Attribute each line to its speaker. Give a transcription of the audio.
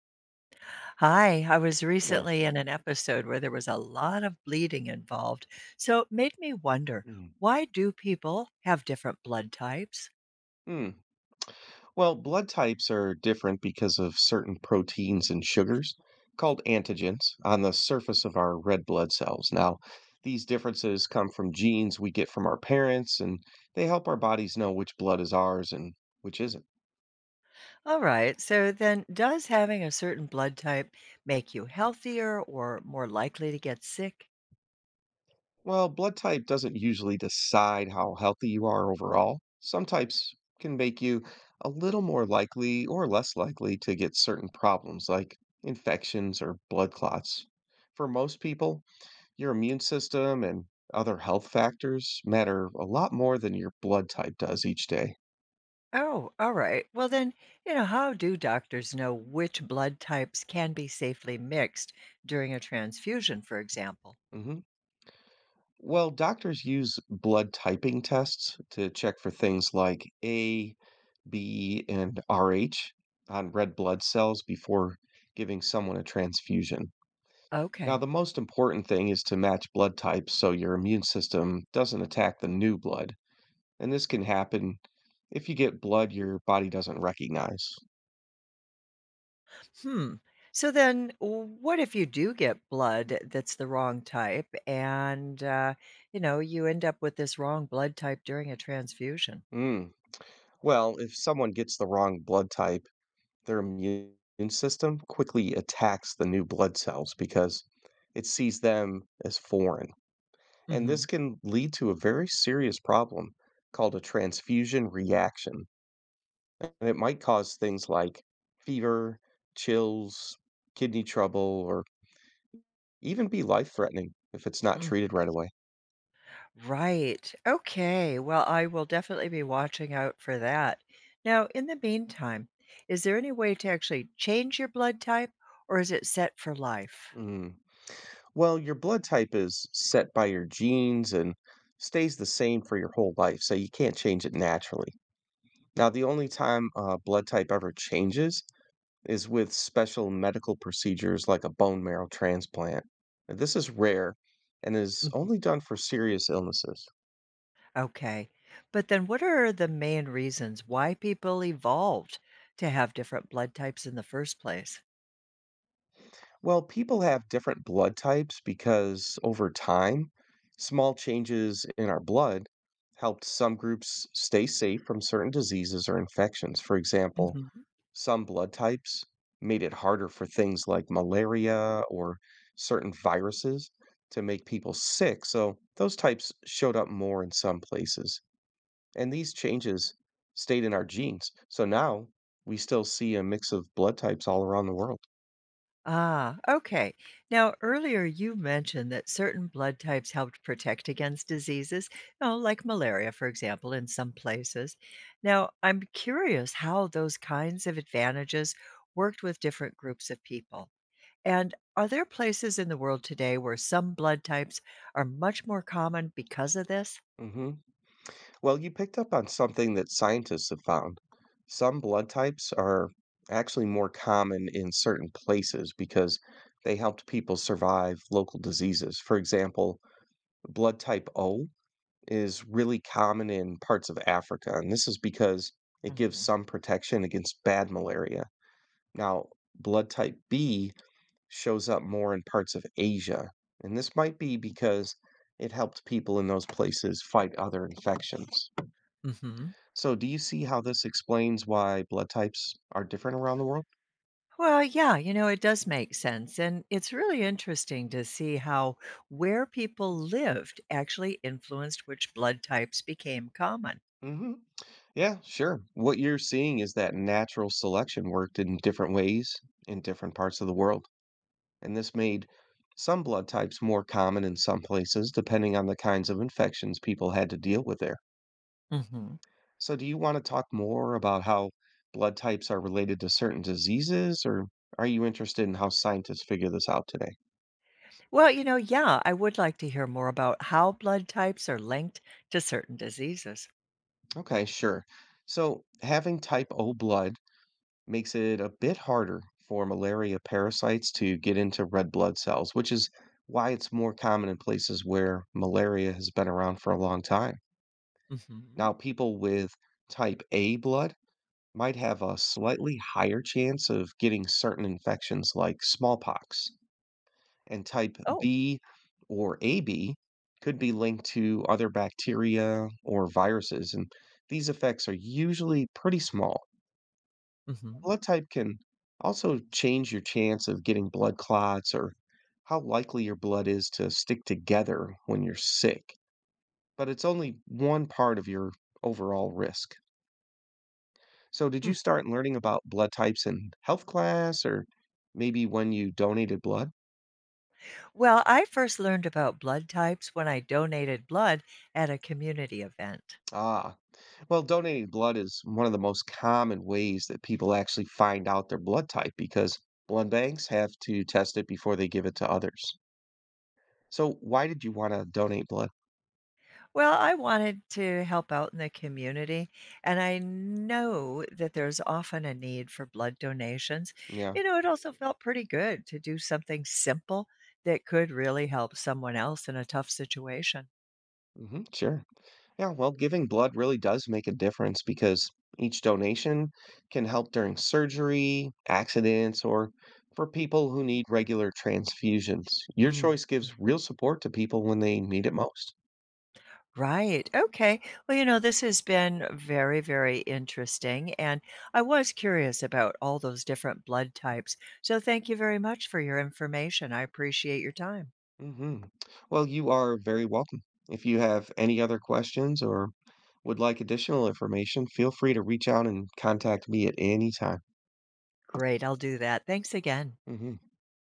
Speaker 1: Hi, I was
Speaker 2: Hey there.
Speaker 1: recently in an episode where there was a lot of bleeding involved, so it made me wonder,
Speaker 2: Mm.
Speaker 1: why do people have different blood types?
Speaker 2: Mm. Well, blood types are different because of certain proteins and sugars called antigens on the surface of our red blood cells. Now, these differences come from genes we get from our parents, and they help our bodies know which blood is ours and which isn't.
Speaker 1: All right, so then does having a certain blood type make you healthier or more likely to get sick?
Speaker 2: Well, blood type doesn't usually decide how healthy you are overall. Some types can make you a little more likely or less likely to get certain problems like infections or blood clots. For most people, your immune system and other health factors matter a lot more than your blood type does each day.
Speaker 1: Oh, all right. Well, then, how do doctors know which blood types can be safely mixed during a transfusion, for example?
Speaker 2: Hmm. Well, doctors use blood typing tests to check for things like A, B, and RH on red blood cells before giving someone a transfusion. Now,
Speaker 1: Okay.
Speaker 2: the most important thing is to match blood types so your immune system doesn't attack the new blood. And this can happen if you get blood your body doesn't recognize.
Speaker 1: Hmm. So then, what if you do get blood that's the wrong type, and you end up with this wrong blood type during a transfusion?
Speaker 2: Mm. Well, if someone gets the wrong blood type, their immune system quickly attacks the new blood cells because it sees them as foreign. And
Speaker 1: Hmm.
Speaker 2: this can lead to a very serious problem called a transfusion reaction. And it might cause things like fever, chills, kidney trouble, or even be life threatening if it's not
Speaker 1: Mm.
Speaker 2: treated right away.
Speaker 1: Right. Okay. Well, I will definitely be watching out for that. Now, in the meantime, is there any way to actually change your blood type, or is it set for life?
Speaker 2: Mm. Well, your blood type is set by your genes and stays the same for your whole life, so you can't change it naturally. Now, the only time blood type ever changes is with special medical procedures like a bone marrow transplant. This is rare and is
Speaker 1: Mhm.
Speaker 2: only done for serious illnesses.
Speaker 1: Okay. But then, what are the main reasons why people evolved to have different blood types in the first place?
Speaker 2: Well, people have different blood types because over time, small changes in our blood helped some groups stay safe from certain diseases or infections. For example,
Speaker 1: Mhm.
Speaker 2: some blood types made it harder for things like malaria or certain viruses to make people sick, so those types showed up more in some places. And these changes stayed in our genes. So now we still see a mix of blood types all around the world.
Speaker 1: Ah, okay. Now, earlier you mentioned that certain blood types helped protect against diseases, you know, like malaria, for example, in some places. Now, I'm curious how those kinds of advantages worked with different groups of people. And are there places in the world today where some blood types are much more common because of this?
Speaker 2: Hmm. Well, you picked up on something that scientists have found. Some blood types are actually more common in certain places because they helped people survive local diseases. For example, blood type O is really common in parts of Africa, and this is because it gives
Speaker 1: Mhm.
Speaker 2: some protection against bad malaria. Now, blood type B shows up more in parts of Asia, and this might be because it helped people in those places fight other infections.
Speaker 1: Hmm.
Speaker 2: So, do you see how this explains why blood types are different around the world?
Speaker 1: Well, yeah, it does make sense. And it's really interesting to see how where people lived actually influenced which blood types became common.
Speaker 2: Hmm. Yeah, sure. What you're seeing is that natural selection worked in different ways in different parts of the world, and this made some blood types more common in some places, depending on the kinds of infections people had to deal with there.
Speaker 1: Hmm.
Speaker 2: So, do you want to talk more about how blood types are related to certain diseases, or are you interested in how scientists figure this out today?
Speaker 1: Well, yeah, I would like to hear more about how blood types are linked to certain diseases.
Speaker 2: Okay, sure. So, having type O blood makes it a bit harder for malaria parasites to get into red blood cells, which is why it's more common in places where malaria has been around for a long time. Now,
Speaker 1: Hmm.
Speaker 2: people with type A blood might have a slightly higher chance of getting certain infections like smallpox, and type
Speaker 1: Oh.
Speaker 2: B or AB could be linked to other bacteria or viruses, and these effects are usually pretty small.
Speaker 1: Hmm.
Speaker 2: Blood type can also change your chance of getting blood clots or how likely your blood is to stick together when you're sick, but it's only one part of your overall risk. So did
Speaker 1: Hmm.
Speaker 2: you start learning about blood types in health class or maybe when you donated blood?
Speaker 1: Well, I first learned about blood types when I donated blood at a community event.
Speaker 2: Ah, well, donating blood is one of the most common ways that people actually find out their blood type because blood banks have to test it before they give it to others. So why did you want to donate blood?
Speaker 1: Well, I wanted to help out in the community, and I know that there's often a need for blood donations.
Speaker 2: Yeah.
Speaker 1: You know, it also felt pretty good to do something simple that could really help someone else in a tough situation.
Speaker 2: Hmm, sure. Yeah, well, giving blood really does make a difference because each donation can help during surgery, accidents, or for people who need regular transfusions. Your
Speaker 1: Mm,
Speaker 2: choice gives
Speaker 1: mhm.
Speaker 2: real support to people when they need it most.
Speaker 1: Right. Okay. Well, this has been very, very interesting. And I was curious about all those different blood types. So thank you very much for your information. I appreciate your time.
Speaker 2: Hmm. Well, you are very welcome. If you have any other questions or would like additional information, feel free to reach out and contact me at any time.
Speaker 1: Great. I'll do that. Thanks again.
Speaker 2: Hmm